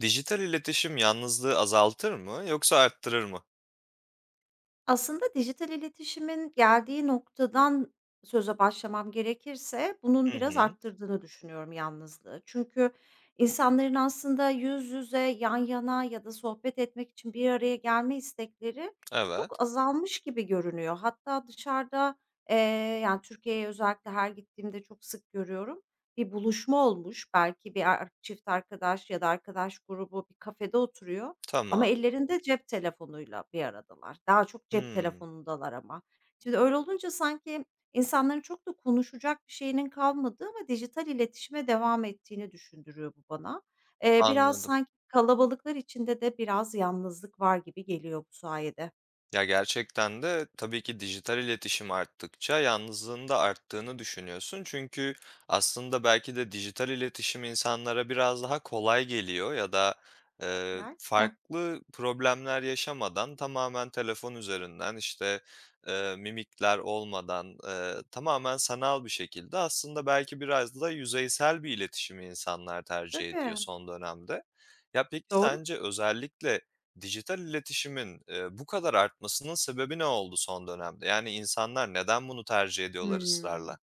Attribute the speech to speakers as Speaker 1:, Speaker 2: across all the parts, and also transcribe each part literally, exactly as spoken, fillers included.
Speaker 1: Dijital iletişim yalnızlığı azaltır mı yoksa arttırır mı?
Speaker 2: Aslında dijital iletişimin geldiği noktadan söze başlamam gerekirse bunun
Speaker 1: Hı
Speaker 2: biraz
Speaker 1: hı.
Speaker 2: arttırdığını düşünüyorum yalnızlığı. Çünkü insanların aslında yüz yüze, yan yana ya da sohbet etmek için bir araya gelme istekleri
Speaker 1: Evet.
Speaker 2: çok azalmış gibi görünüyor. Hatta dışarıda, eee, yani, Türkiye'ye özellikle her gittiğimde çok sık görüyorum. Bir buluşma olmuş, belki bir ar çift arkadaş ya da arkadaş grubu bir kafede oturuyor ama
Speaker 1: Tamam.
Speaker 2: ellerinde cep telefonuyla bir aradalar. Daha çok cep
Speaker 1: Hımm.
Speaker 2: telefonundalar ama. Şimdi öyle olunca sanki insanların çok da konuşacak bir şeyinin kalmadığı ama dijital iletişime devam ettiğini düşündürüyor bu bana. Eee, biraz
Speaker 1: Anladım.
Speaker 2: sanki kalabalıklar içinde de biraz yalnızlık var gibi geliyor bu sayede.
Speaker 1: Ya, gerçekten de tabii ki dijital iletişim arttıkça yalnızlığın da arttığını düşünüyorsun. Çünkü aslında belki de dijital iletişim insanlara biraz daha kolay geliyor ya da, eee,
Speaker 2: Belki de.
Speaker 1: farklı problemler yaşamadan tamamen telefon üzerinden, işte, eee, mimikler olmadan, eee, tamamen sanal bir şekilde aslında belki biraz da yüzeysel bir iletişimi insanlar tercih ediyor
Speaker 2: Tabii.
Speaker 1: son dönemde. Ya, peki
Speaker 2: Doğru.
Speaker 1: sence özellikle dijital iletişimin, eee, bu kadar artmasının sebebi ne oldu son dönemde? Yani insanlar neden bunu tercih ediyorlar
Speaker 2: Hıı.
Speaker 1: ısrarla?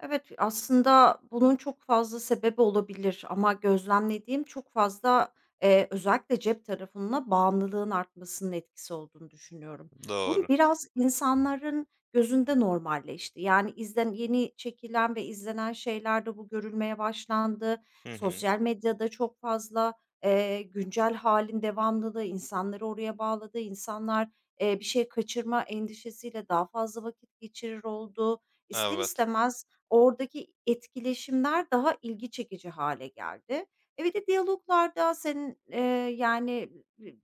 Speaker 2: Evet, aslında bunun çok fazla sebebi olabilir ama gözlemlediğim çok fazla, eee, özellikle cep telefonuna bağımlılığın artmasının etkisi olduğunu düşünüyorum.
Speaker 1: Doğru.
Speaker 2: Bu biraz insanların gözünde normalleşti. Yani, izlen yeni çekilen ve izlenen şeylerde bu görülmeye başlandı.
Speaker 1: Hı hı.
Speaker 2: Sosyal medyada çok fazla, eee, güncel halin devamlılığı insanları oraya bağladı. İnsanlar, eee, bir şey kaçırma endişesiyle daha fazla vakit geçirir oldu. İster
Speaker 1: Evet.
Speaker 2: istemez oradaki etkileşimler daha ilgi çekici hale geldi. E, bir de diyaloglarda senin, eee, yani,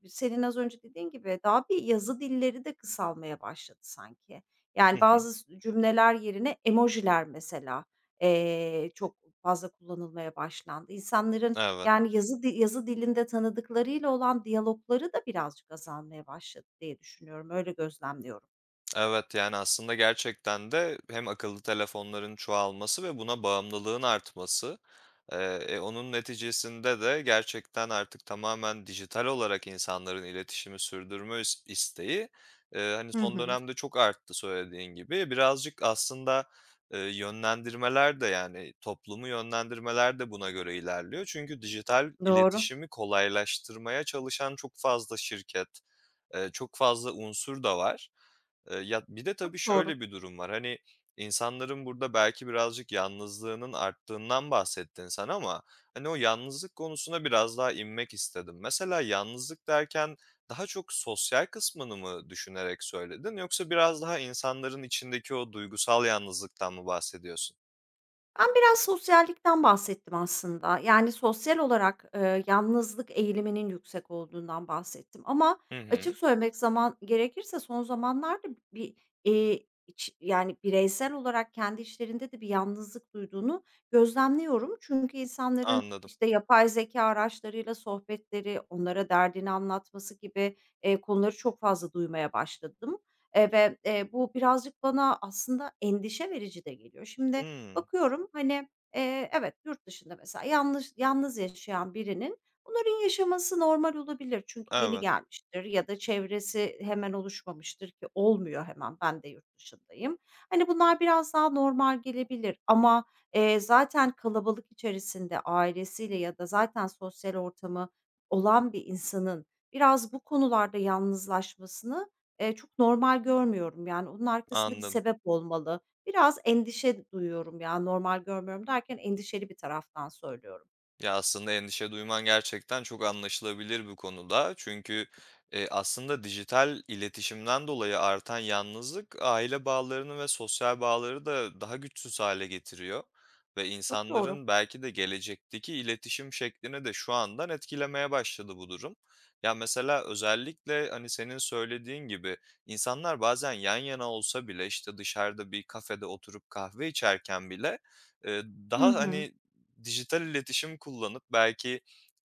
Speaker 2: senin az önce dediğin gibi daha bir yazı dilleri de kısalmaya başladı sanki.
Speaker 1: Hı
Speaker 2: Yani,
Speaker 1: hı.
Speaker 2: bazı cümleler yerine emojiler mesela, eee, çok fazla kullanılmaya başlandı. İnsanların,
Speaker 1: Evet.
Speaker 2: yani, yazı di yazı dilinde tanıdıklarıyla olan diyalogları da birazcık azalmaya başladı diye düşünüyorum. Öyle gözlemliyorum.
Speaker 1: Evet, yani, aslında gerçekten de hem akıllı telefonların çoğalması ve buna bağımlılığın artması, eee, e, onun neticesinde de gerçekten artık tamamen dijital olarak insanların iletişimi sürdürme is isteği, eee, hani,
Speaker 2: Hı
Speaker 1: son
Speaker 2: hı.
Speaker 1: dönemde çok arttı söylediğin gibi. Birazcık aslında, eee, yönlendirmeler de, yani, toplumu yönlendirmeler de buna göre ilerliyor. Çünkü dijital
Speaker 2: Doğru.
Speaker 1: iletişimi kolaylaştırmaya çalışan çok fazla şirket, eee, çok fazla unsur da var. Eee, ya, bir de tabii
Speaker 2: Çok doğru.
Speaker 1: şöyle bir durum var, hani, insanların burada belki birazcık yalnızlığının arttığından bahsettin sen ama, hani, o yalnızlık konusuna biraz daha inmek istedim. Mesela yalnızlık derken daha çok sosyal kısmını mı düşünerek söyledin yoksa biraz daha insanların içindeki o duygusal yalnızlıktan mı bahsediyorsun?
Speaker 2: Ben biraz sosyallikten bahsettim aslında. Yani, sosyal olarak, eee, yalnızlık eğiliminin yüksek olduğundan bahsettim ama
Speaker 1: Hı hı,
Speaker 2: açık söylemek zaman gerekirse son zamanlarda bir, eee, iç yani, bireysel olarak kendi işlerinde de bir yalnızlık duyduğunu gözlemliyorum. Çünkü insanların,
Speaker 1: anladım.
Speaker 2: işte, yapay zeka araçlarıyla sohbetleri, onlara derdini anlatması gibi, eee, konuları çok fazla duymaya başladım, eee, ve, eee, bu birazcık bana aslında endişe verici de geliyor. Şimdi,
Speaker 1: Hımm,
Speaker 2: bakıyorum, hani, eee, evet, yurt dışında mesela yalnız yalnız yaşayan birinin bunların yaşaması normal olabilir. Çünkü yeni
Speaker 1: evet,
Speaker 2: gelmiştir ya da çevresi hemen oluşmamıştır ki olmuyor hemen. Ben de yurt dışındayım. Hani, bunlar biraz daha normal gelebilir ama, eee, zaten kalabalık içerisinde ailesiyle ya da zaten sosyal ortamı olan bir insanın biraz bu konularda yalnızlaşmasını, eee, çok normal görmüyorum. Yani, onun arkasında bir
Speaker 1: anladım.
Speaker 2: sebep olmalı. Biraz endişe duyuyorum ya, normal görmüyorum derken endişeli bir taraftan söylüyorum.
Speaker 1: Ya, aslında endişe duyman gerçekten çok anlaşılabilir bu konuda. Çünkü, eee, aslında dijital iletişimden dolayı artan yalnızlık aile bağlarını ve sosyal bağları da daha güçsüz hale getiriyor ve
Speaker 2: Çok doğru.
Speaker 1: insanların belki de gelecekteki iletişim şeklini de şu andan etkilemeye başladı bu durum. Ya, mesela özellikle, hani, senin söylediğin gibi insanlar bazen yan yana olsa bile, işte, dışarıda bir kafede oturup kahve içerken bile, eee,
Speaker 2: Hı
Speaker 1: daha,
Speaker 2: hı.
Speaker 1: hani, dijital iletişim kullanıp belki,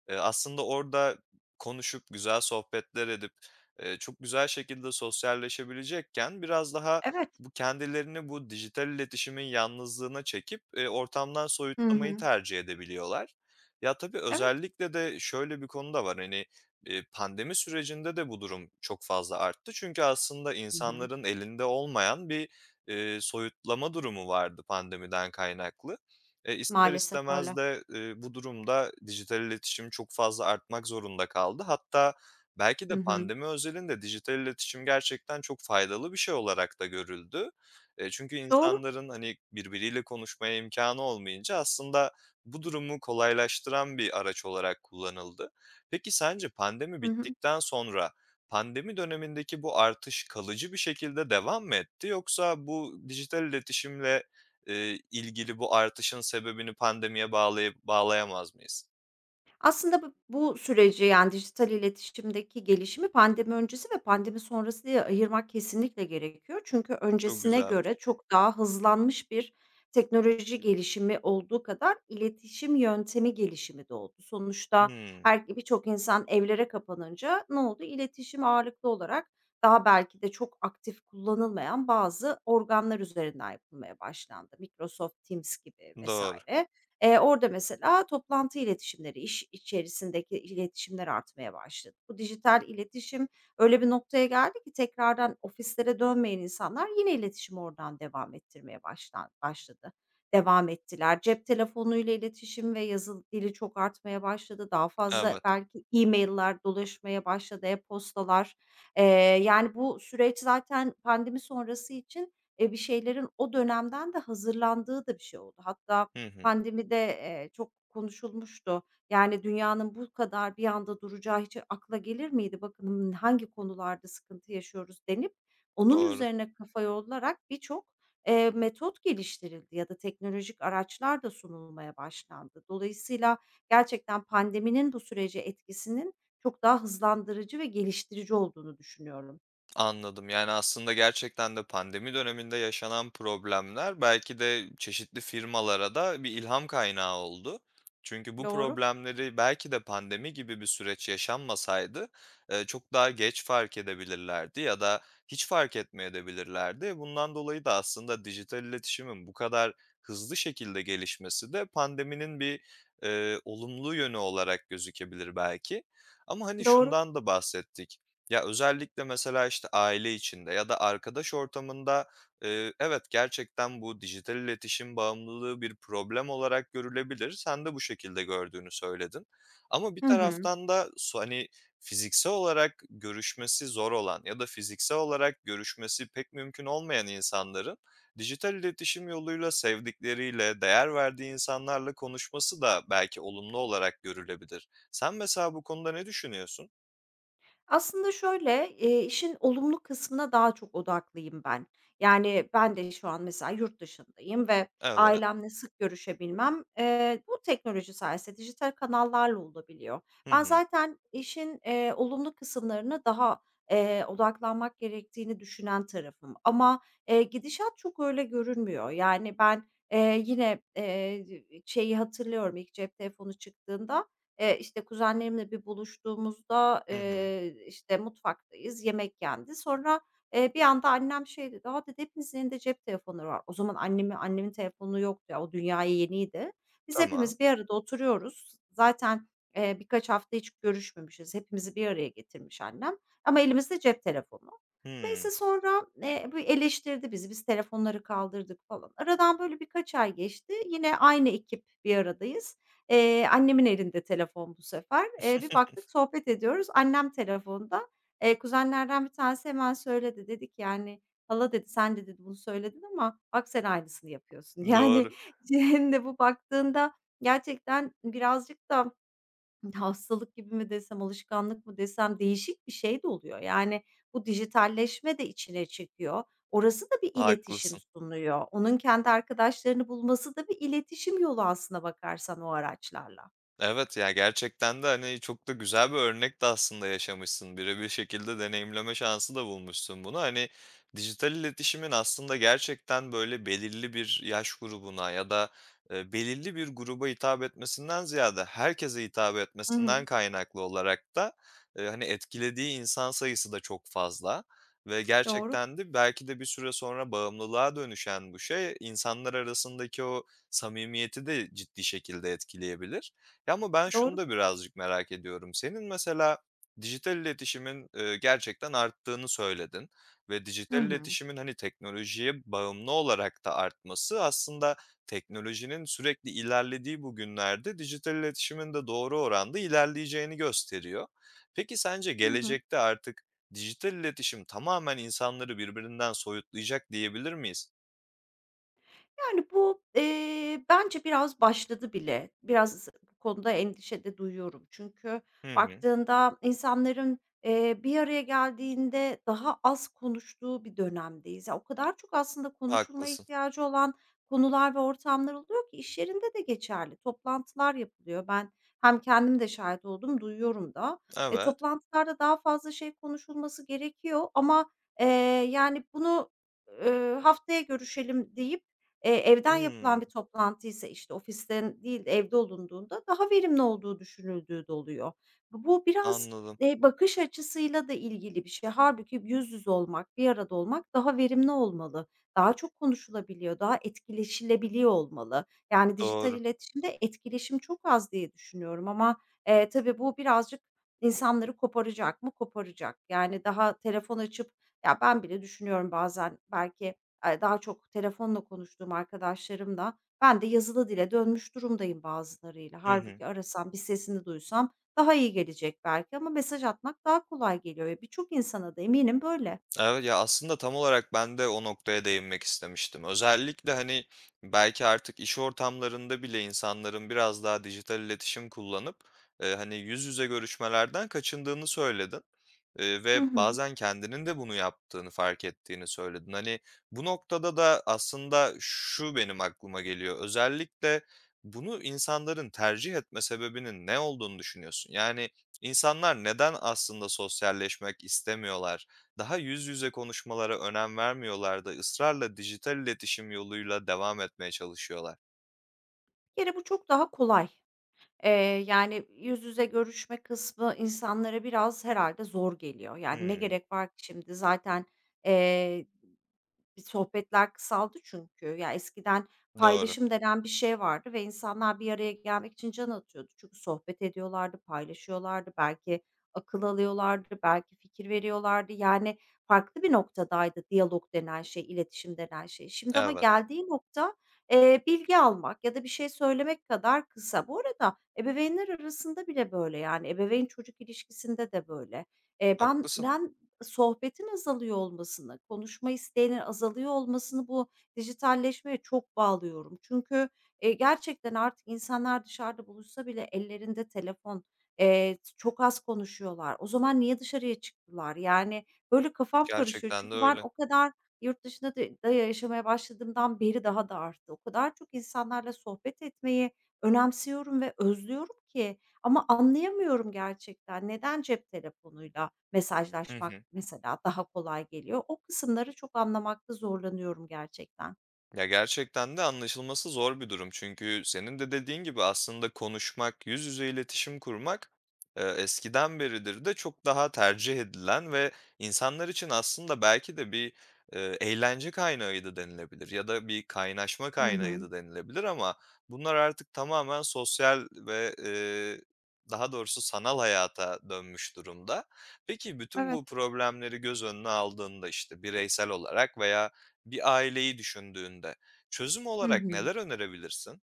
Speaker 1: eee, aslında orada konuşup, güzel sohbetler edip, eee, çok güzel şekilde sosyalleşebilecekken biraz daha
Speaker 2: Evet.
Speaker 1: bu kendilerini bu dijital iletişimin yalnızlığına çekip, eee, ortamdan
Speaker 2: Hı
Speaker 1: soyutlamayı
Speaker 2: hı.
Speaker 1: tercih edebiliyorlar. Ya, tabii
Speaker 2: Evet.
Speaker 1: özellikle de şöyle bir konu da var, hani, eee, pandemi sürecinde de bu durum çok fazla arttı. Çünkü aslında
Speaker 2: Hı hı.
Speaker 1: insanların elinde olmayan bir, eee, soyutlama durumu vardı pandemiden kaynaklı. E, ister
Speaker 2: Maalesef
Speaker 1: istemez
Speaker 2: öyle.
Speaker 1: de, eee, bu durumda dijital iletişim çok fazla artmak zorunda kaldı. Hatta belki
Speaker 2: Hı
Speaker 1: de
Speaker 2: hı.
Speaker 1: pandemi özelinde dijital iletişim gerçekten çok faydalı bir şey olarak da görüldü. Eee, çünkü
Speaker 2: Doğru.
Speaker 1: insanların, hani, birbiriyle konuşmaya imkânı olmayınca aslında bu durumu kolaylaştıran bir araç olarak kullanıldı. Peki sence pandemi
Speaker 2: Hı hı.
Speaker 1: bittikten sonra pandemi dönemindeki bu artış kalıcı bir şekilde devam mı etti yoksa bu dijital iletişimle eee, ilgili bu artışın sebebini pandemiye bağlayıp bağlayamaz mıyız?
Speaker 2: Aslında bu bu süreci, yani, dijital iletişimdeki gelişimi pandemi öncesi ve pandemi sonrası diye ayırmak kesinlikle gerekiyor. Çünkü
Speaker 1: Çok
Speaker 2: öncesine göre
Speaker 1: güzelmiş.
Speaker 2: çok daha hızlanmış bir teknoloji gelişimi olduğu kadar iletişim yöntemi gelişimi de oldu. Sonuçta
Speaker 1: Hımm.
Speaker 2: her birçok insan evlere kapanınca ne oldu? İletişim ağırlıklı olarak daha belki de çok aktif kullanılmayan bazı organlar üzerinden yapılmaya başlandı. Microsoft Teams gibi
Speaker 1: Doğru.
Speaker 2: vesaire. Eee, orada mesela toplantı iletişimleri, iş içerisindeki iletişimler artmaya başladı. Bu dijital iletişim öyle bir noktaya geldi ki tekrardan ofislere dönmeyen insanlar yine iletişim oradan devam ettirmeye başlan başladı. Devam ettiler. Cep telefonuyla iletişim ve yazılı dili çok artmaya başladı. Daha fazla
Speaker 1: Evet.
Speaker 2: belki e-mail'ler dolaşmaya başladı, e-postalar. Eee, yani bu süreç zaten pandemi sonrası için, eee, bir şeylerin o dönemden de hazırlandığı da bir şey oldu. Hatta
Speaker 1: Hı hı.
Speaker 2: pandemide, eee, çok konuşulmuştu. Yani, dünyanın bu kadar bir anda duracağı hiç akla gelir miydi? Bakın hani, hangi konularda sıkıntı yaşıyoruz denip onun
Speaker 1: Doğru.
Speaker 2: üzerine kafa yollarak birçok, eee, metot geliştirildi ya da teknolojik araçlar da sunulmaya başlandı. Dolayısıyla gerçekten pandeminin bu sürece etkisinin çok daha hızlandırıcı ve geliştirici olduğunu düşünüyorum.
Speaker 1: Anladım. Yani, aslında gerçekten de pandemi döneminde yaşanan problemler belki de çeşitli firmalara da bir ilham kaynağı oldu. Çünkü bu
Speaker 2: Doğru,
Speaker 1: problemleri belki de pandemi gibi bir süreç yaşanmasaydı, eee, çok daha geç fark edebilirlerdi ya da hiç fark etmeyebilirlerdi. Bundan dolayı da aslında dijital iletişimin bu kadar hızlı şekilde gelişmesi de pandeminin bir, eee, olumlu yönü olarak gözükebilir belki. Ama, hani,
Speaker 2: doğru.
Speaker 1: şundan da bahsettik. Ya, özellikle mesela, işte, aile içinde ya da arkadaş ortamında, eee, evet, gerçekten bu dijital iletişim bağımlılığı bir problem olarak görülebilir. Sen de bu şekilde gördüğünü söyledin. Ama bir
Speaker 2: Hı hı.
Speaker 1: taraftan da so hani, fiziksel olarak görüşmesi zor olan ya da fiziksel olarak görüşmesi pek mümkün olmayan insanların dijital iletişim yoluyla sevdikleriyle, değer verdiği insanlarla konuşması da belki olumlu olarak görülebilir. Sen mesela bu konuda ne düşünüyorsun?
Speaker 2: Aslında şöyle, eee, işin olumlu kısmına daha çok odaklıyım ben. Yani, ben de şu an mesela yurt dışındayım ve
Speaker 1: Evet.
Speaker 2: ailemle sık görüşebilmem, eee, bu teknoloji sayesinde dijital kanallarla olabiliyor.
Speaker 1: Hı
Speaker 2: Ben
Speaker 1: hı.
Speaker 2: zaten işin, eee, olumlu kısımlarına daha, eee, odaklanmak gerektiğini düşünen tarafım ama, eee, gidişat çok öyle görünmüyor. Yani, ben, eee, yine, eee, şeyi hatırlıyorum, ilk cep telefonu çıktığında Eee, işte, kuzenlerimle bir buluştuğumuzda,
Speaker 1: Hı hı.
Speaker 2: eee, işte, mutfaktayız, yemek yendi. Sonra, eee, bir anda annem şey dedi, "A," dedi, "hepinizin elinde cep telefonları var." O zaman annemi annemin telefonu yoktu ya, o dünyaya yeniydi. Biz
Speaker 1: Tamam.
Speaker 2: hepimiz bir arada oturuyoruz. Zaten, eee, birkaç hafta hiç görüşmemişiz. Hepimizi bir araya getirmiş annem ama elimizde cep telefonu.
Speaker 1: Hımm.
Speaker 2: Neyse sonra, eee, bir eleştirdi bizi, biz telefonları kaldırdık falan. Aradan böyle birkaç ay geçti. Yine aynı ekip bir aradayız. Eee, annemin elinde telefon bu sefer. Eee, bir baktık sohbet ediyoruz. Annem telefonda. Eee, kuzenlerden bir tanesi hemen söyledi. Dedi ki, yani, "Hala" dedi, "Sen" de dedi, "Bunu söyledin ama bak sen aynısını yapıyorsun." Yani,
Speaker 1: Doğru.
Speaker 2: şimdi bu baktığında gerçekten birazcık da hastalık gibi mi desem, alışkanlık mı desem değişik bir şey de oluyor. Yani, bu dijitalleşme de içine çekiyor. Orası da bir iletişim
Speaker 1: Haklısın.
Speaker 2: sunuyor. Onun kendi arkadaşlarını bulması da bir iletişim yolu aslına bakarsan o araçlarla.
Speaker 1: Evet, ya, gerçekten de, hani, çok da güzel bir örnek de aslında yaşamışsın. Birebir şekilde deneyimleme şansı da bulmuşsun bunu. Hani, dijital iletişimin aslında gerçekten, böyle, belirli bir yaş grubuna ya da, eee, belirli bir gruba hitap etmesinden ziyade herkese hitap
Speaker 2: Hı hı.
Speaker 1: etmesinden kaynaklı olarak da, eee, hani, etkilediği insan sayısı da çok fazla ve
Speaker 2: Doğru,
Speaker 1: gerçekten de belki de bir süre sonra bağımlılığa dönüşen bu şey insanlar arasındaki o samimiyeti de ciddi şekilde etkileyebilir. Ya, ama ben şunu
Speaker 2: doğru.
Speaker 1: da birazcık merak ediyorum. Senin mesela dijital iletişimin, eee, gerçekten arttığını söyledin ve
Speaker 2: Hı
Speaker 1: dijital
Speaker 2: hı.
Speaker 1: iletişimin, hani, teknolojiye bağımlı olarak da artması aslında teknolojinin sürekli ilerlediği bu günlerde dijital iletişimin de doğru oranda ilerleyeceğini gösteriyor. Peki sence
Speaker 2: Hı hı.
Speaker 1: gelecekte artık dijital iletişim tamamen insanları birbirinden soyutlayacak diyebilir miyiz?
Speaker 2: Yani, bu, eee, bence biraz başladı bile. Biraz bu konuda endişe de duyuyorum. Çünkü
Speaker 1: Hı hı.
Speaker 2: baktığında insanların, eee, bir araya geldiğinde daha az konuştuğu bir dönemdeyiz. Ya, o kadar çok aslında konuşulmaya
Speaker 1: Haklısın.
Speaker 2: ihtiyacı olan konular ve ortamlar oluyor ki iş yerinde de geçerli. Toplantılar yapılıyor. Ben hem kendim de şahit oldum, duyuyorum da. E,
Speaker 1: Evet.
Speaker 2: toplantılarda daha fazla şey konuşulması gerekiyor ama, eee, yani, bunu, eee, "Haftaya görüşelim." deyip Eee, evden yapılan
Speaker 1: Hımm,
Speaker 2: bir toplantıysa, işte, ofisten değil de evde olunduğunda daha verimli olduğu düşünüldüğü de oluyor. Bu bu biraz,
Speaker 1: anladım.
Speaker 2: eee, bakış açısıyla da ilgili bir şey. Hâlbuki yüz yüze olmak, bir arada olmak daha verimli olmalı. Daha çok konuşulabiliyor, daha etkileşilebiliyor olmalı. Yani dijital
Speaker 1: Doğru.
Speaker 2: iletişimde etkileşim çok az diye düşünüyorum ama, eee, tabii bu birazcık insanları koparacak mı? Koparacak. Yani daha telefon açıp, ya, ben bile düşünüyorum bazen belki Eee, daha çok telefonla konuştuğum arkadaşlarımla ben de yazılı dile dönmüş durumdayım bazılarıyla.
Speaker 1: Hı hı.
Speaker 2: Halbuki arasam, bir sesini duysam daha iyi gelecek belki ama mesaj atmak daha kolay geliyor ve birçok insana da eminim böyle.
Speaker 1: Evet, ya, aslında tam olarak ben de o noktaya değinmek istemiştim. Özellikle, hani, belki artık iş ortamlarında bile insanların biraz daha dijital iletişim kullanıp, eee, hani, yüz yüze görüşmelerden kaçındığını söyledin, eee,
Speaker 2: Hı
Speaker 1: ve
Speaker 2: hı.
Speaker 1: bazen kendinin de bunu yaptığını fark ettiğini söyledin. Hani, bu noktada da aslında şu benim aklıma geliyor. Özellikle bunu insanların tercih etme sebebinin ne olduğunu düşünüyorsun? Yani, insanlar neden aslında sosyalleşmek istemiyorlar? Daha yüz yüze konuşmalara önem vermiyorlar da ısrarla dijital iletişim yoluyla devam etmeye çalışıyorlar.
Speaker 2: Bir kere bu çok daha kolay. Eee, Yani, yüz yüze görüşme kısmı insanlara biraz herhalde zor geliyor. Yani, ne
Speaker 1: Hımm,
Speaker 2: gerek var ki şimdi zaten. eee, Sohbetler kısaldı çünkü. Ya, eskiden
Speaker 1: doğru.
Speaker 2: paylaşım denen bir şey vardı ve insanlar bir araya gelmek için can atıyordu. Çünkü sohbet ediyorlardı, paylaşıyorlardı, belki akıl alıyorlardı, belki fikir veriyorlardı. Yani farklı bir noktadaydı diyalog denen şey, iletişim denen şey. Şimdi ama
Speaker 1: Evet,
Speaker 2: geldiği nokta, eee, bilgi almak ya da bir şey söylemek kadar kısa. Bu arada ebeveynler arasında bile böyle, yani ebeveyn çocuk ilişkisinde de böyle. Eee, ben
Speaker 1: haklısın.
Speaker 2: ben sohbetin azalıyor olmasını, konuşma isteğinin azalıyor olmasını bu dijitalleşmeye çok bağlıyorum. Çünkü, eee, gerçekten artık insanlar dışarıda buluşsa bile ellerinde telefon, eee, çok az konuşuyorlar. O zaman niye dışarıya çıktılar? Yani, böyle kafam karışıyor.
Speaker 1: Gerçekten de
Speaker 2: Çünkü ben
Speaker 1: öyle.
Speaker 2: o kadar yurt dışında da da yaşamaya başladığımdan beri daha da arttı. O kadar çok insanlarla sohbet etmeyi önemsiyorum ve özlüyorum ki ama anlayamıyorum gerçekten neden cep telefonuyla
Speaker 1: Hı
Speaker 2: mesajlaşmak
Speaker 1: hı.
Speaker 2: mesela daha kolay geliyor? O kısımları çok anlamakta zorlanıyorum gerçekten.
Speaker 1: Ya, gerçekten de anlaşılması zor bir durum. Çünkü senin de dediğin gibi aslında konuşmak, yüz yüze iletişim kurmak, eee, eskiden beridir de çok daha tercih edilen ve insanlar için aslında belki de bir, eee, eğlence kaynağıydı denilebilir ya da bir kaynaşma
Speaker 2: Hı hı.
Speaker 1: kaynağıydı denilebilir ama bunlar artık tamamen sosyal ve, eee, daha doğrusu sanal hayata dönmüş durumda. Peki bütün
Speaker 2: Evet.
Speaker 1: bu problemleri göz önüne aldığında, işte, bireysel olarak veya bir aileyi düşündüğünde çözüm
Speaker 2: Hı
Speaker 1: olarak
Speaker 2: hı.
Speaker 1: neler önerebilirsin?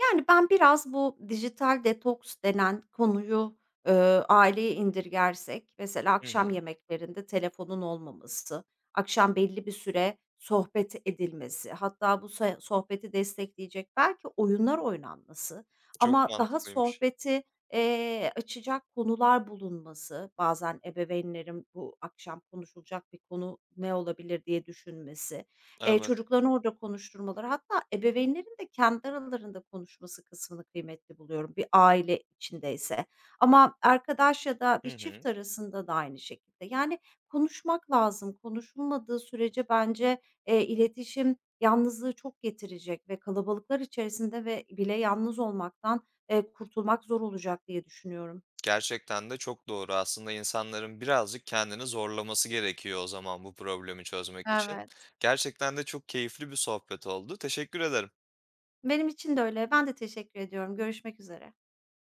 Speaker 2: Yani, ben biraz bu dijital detoks denen konuyu, eee, aileye indirgersek mesela
Speaker 1: Hı
Speaker 2: akşam
Speaker 1: hı.
Speaker 2: yemeklerinde telefonun olmaması, akşam belli bir süre sohbet edilmesi, hatta bu se sohbeti destekleyecek belki oyunlar oynanması
Speaker 1: Çok
Speaker 2: ama daha
Speaker 1: mantıklıymış.
Speaker 2: sohbeti, eee, açacak konular bulunması, bazen ebeveynlerin bu akşam konuşulacak bir konu ne olabilir diye düşünmesi. Eee,
Speaker 1: Evet.
Speaker 2: çocuklarını orada konuşturmaları hatta ebeveynlerin de kendi aralarında konuşması kısmını kıymetli buluyorum bir aile içindeyse. Ama arkadaş ya da bir
Speaker 1: Hı
Speaker 2: çift
Speaker 1: hı.
Speaker 2: arasında da aynı şekilde. Yani konuşmak lazım. Konuşulmadığı sürece bence, eee, iletişim yalnızlığı çok getirecek ve kalabalıklar içerisinde ve bile yalnız olmaktan, eee, kurtulmak zor olacak diye düşünüyorum.
Speaker 1: Gerçekten de çok doğru. Aslında insanların birazcık kendini zorlaması gerekiyor o zaman bu problemi çözmek için.
Speaker 2: Evet.
Speaker 1: Gerçekten de çok keyifli bir sohbet oldu. Teşekkür ederim.
Speaker 2: Benim için de öyle. Ben de teşekkür ediyorum. Görüşmek üzere.